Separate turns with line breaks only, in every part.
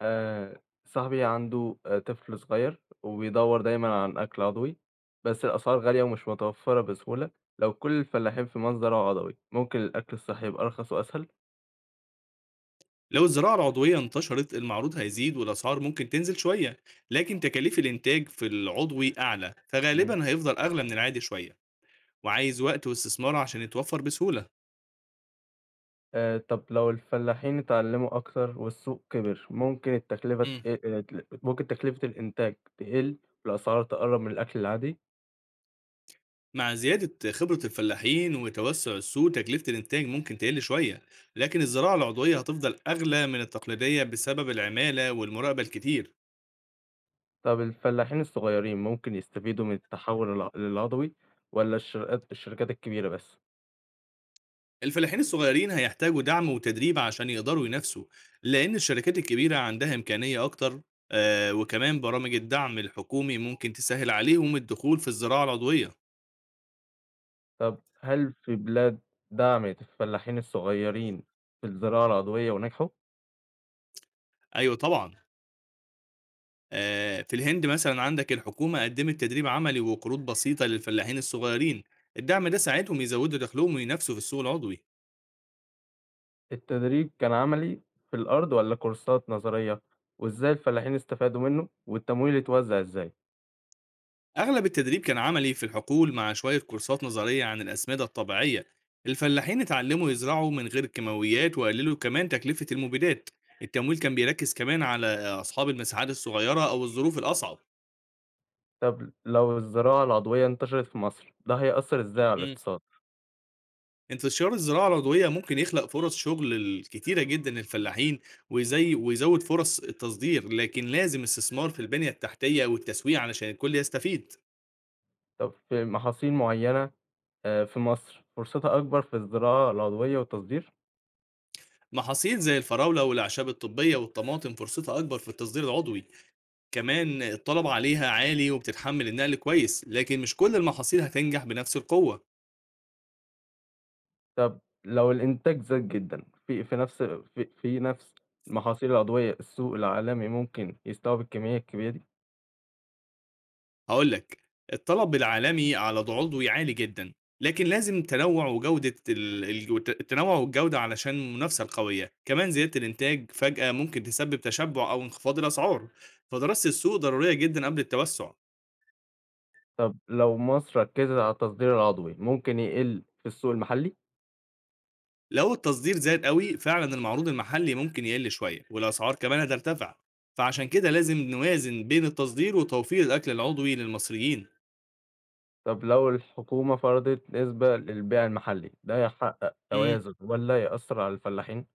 صاحبي عنده طفل صغير وبيدوّر دايمًا عن أكل عضوي، بس الأسعار غالية ومش متوفّرة بسهولة. لو كل الفلاحين في ما زرعوا عضوي، ممكن الأكل الصحي يبقى أرخص وأسهل؟
لو الزراعة العضوية انتشرت المعروض هيزيد والأسعار ممكن تنزل شوية. لكن تكاليف الإنتاج في العضوي أعلى
إمم.
فغالبا هيفضل أغلى من العادي شوية وعايز وقت واستثمار عشان يتوفر بسهولة.
طب لو الفلاحين اتعلموا أكتر والسوق كبر، ممكن التكلفة
مم.
ت ت ممكن تكلفة الإنتاج تقل والأسعار تقرّب من الأكل العادي؟
مع زيادة خبرة الفلاحين وتوسع السوق تكلفة الإنتاج ممكن تقل شوية، لكن الزراعة العضوية هتفضل أغلى من التقليدية بسبب العمالة والمراقبة الكتير.
طب الفلاحين الصغيرين ممكن يستفيدوا من التحوّل للعضوي والّا الشركات الكبيرة بس؟
الفلاحين الصغيرين هيحتاجوا دعم وتدريب عشان يقدروا ينافسوا لأن الشركات الكبيرة عندها إمكانية أكتر. آه، وكمان برامج الدعم الحكومي ممكن تسهل عليهم الدخول في الزراعة العضوية.
طب هل في بلاد دعمت الفلاحين الصغيرين في الزراعة العضوية ونجحوا؟
أيوة طبعا. آه، في الهند مثلا عندك الحكومة قدمت تدريب عملي وقروض بسيطة للفلاحين الصغيرين. الدعم ده ساعدهم يزودوا دخلهم وينافسوا في السوق العضوي.
التدريب كان عملي في الأرض ولا كورسات نظرية؟ وإزاي الفلاحين استفادوا منه؟ والتمويل اتوزع إزاي؟
أغلب التدريب كان عملي في الحقول مع شوية كورسات نظرية عن الأسمدة الطبيعية. الفلاحين اتعلموا يزرعوا من غير كيماويات وقللوا كمان تكلفة المبيدات. التمويل كان بيركز كمان على أصحاب المساحات الصغيرة أو الظروف الأصعب.
طب لو الزراعة العضوية انتشرت في مصر ده هيأثر إزاي على
مم.
الاقتصاد؟
انتشار الزراعة العضوية ممكن يخلق فرص شغل كتيرة جدا للفلاحين، ويزود فرص التصدير، لكن لازم استثمار في البنية التحتية والتسويق علشان الكل يستفيد.
طب في محاصيل معينة في مصر فرصتها أكبر في الزراعة العضوية والتصدير؟
محاصيل زي الفراولة والأعشاب الطبية والطماطم فرصتها أكبر في التصدير العضوي، كمان الطلب عليها عالي وبتتحمل النقل كويس، لكن مش كل المحاصيل هتنجح بنفس القوة.
طب لو الإنتاج زاد جدًا في نفس المحاصيل العضوية، السوق العالمي ممكن يستوعب الكمية الكبيرة دي؟
هقولك، الطلب العالمي على عضوي عالي جدا، لكن لازم تنوع وجودة التنوع والجودة علشان المنافسة القوية. كمان زيادة الإنتاج فجأة ممكن تسبب تشبع أو انخفاض الأسعار، فدراسة السوق ضرورية جدا قبل التوسع.
طب لو مصر ركّزت على التصدير العضوي، ممكن يقِل في السوق المحلي؟
لو التصدير زاد قوي فعلا المعروض المحلي ممكن يقل شوية والأسعار كمان هترتفع، فعشان كده لازم نوازن بين التصدير وتوفير الأكل العضوي للمصريين.
طب لو الحكومة فرضت نسبة للبيع المحلي، ده يحقق
إمم.
توازن والّا يأثّر على الفلاحين؟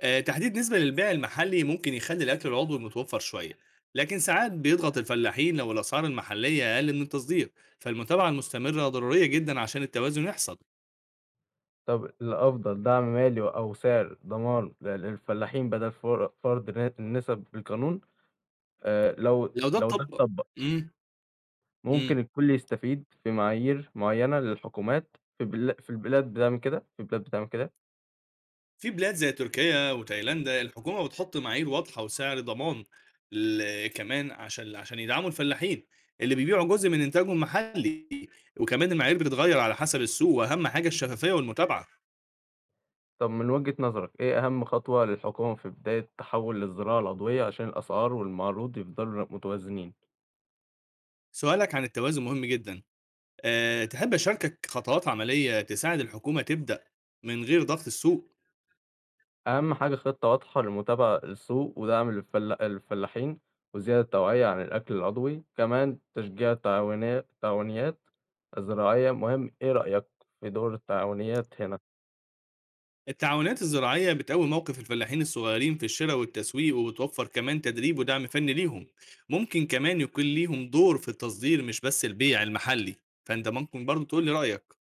تحديد نسبة للبيع المحلي ممكن يخلّي الأكل العضوي متوفّر شوية، لكن ساعات بيضغط الفلاحين لو الأسعار المحلية أقل من التصدير، فالمتابعة المستمرة ضرورية جدًا عشان التوازن يحصل.
طب الأفضل دعم مالي أو سعر ضمان للفلاحين بدل فرض النسب بالقانون؟ آآ لو
لو ده
لو ده
اتطبق.
اتطبّق،
إمم، إمم.
ممكن الكل يستفيد في معايير معيّنة للحكومات في البلاد بتعمل كده،
في بلاد زي تركيا وتايلاندا الحكومة بتحط معايير واضحة وسعر ضمان ل كمان عشان يدعموا الفلاحين اللي بيبيعوا جزء من إنتاجهم محلي، وكمان المعايير بتتغيّر على حسب السوق، وأهم حاجة الشفافية والمتابعة.
طب من وجهة نظرك إيه أهم خطوة للحكومة في بداية التحول للزراعة العضوية عشان الأسعار والمعروض يفضلوا متوازنين؟
سؤالك عن التوازن مهم جدًا. تحب أشاركك خطوات عملية تساعد الحكومة تبدأ من غير ضغط السوق؟
أهم حاجة خطة واضحة لمتابعة السوق ودعم الفلاحين وزيادة التوعية عن الأكل العضوي، كمان تشجيع التعاونيات الزراعية مهم، إيه رأيك في دور التعاونيات هنا؟
التعاونات الزراعية بتقوي موقف الفلاحين الصغيرين في الشرا والتسويق، وبتوفر كمان تدريب ودعم فني ليهم، ممكن كمان يكون ليهم دور في التصدير مش بس البيع المحلي، فأنت ممكن برضه تقول لي رأيك.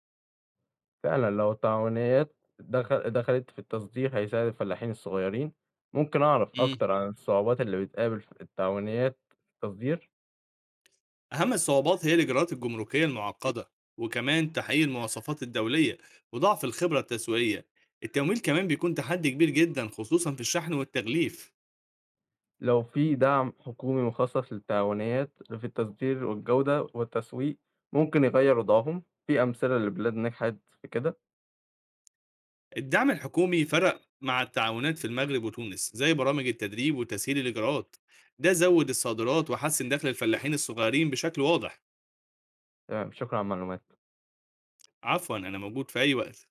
فعلًا لو التعاونيات دخلت في التصدير هيساعد الفلاحين الصغيرين، ممكن أعرف
إمم.
أكتر عن الصعوبات اللي بتقابل ف التعاونيات في التصدير،
أهم الصعوبات هي الإجراءات الجمركية المعقدة، وكمان تحقيق المواصفات الدولية، وضعف الخبرة التسويقية. التمويل كمان بيكون تحدي كبير جدًا خصوصًا في الشحن والتغليف.
لو في دعم حكومي مخصص للتعاونيات في التصدير والجودة والتسويق ممكن يغيّر وضعهم، في أمثلة لبلاد نجحت في كده؟
الدعم الحكومي فرق مع التعاونات في المغرب وتونس زي برامج التدريب وتسهيل الإجراءات، ده زود الصادرات وحسن دخل الفلاحين الصغيرين بشكل واضح.
تمام، شكرًا على المعلومات.
عفوا أنا موجود في أي وقت.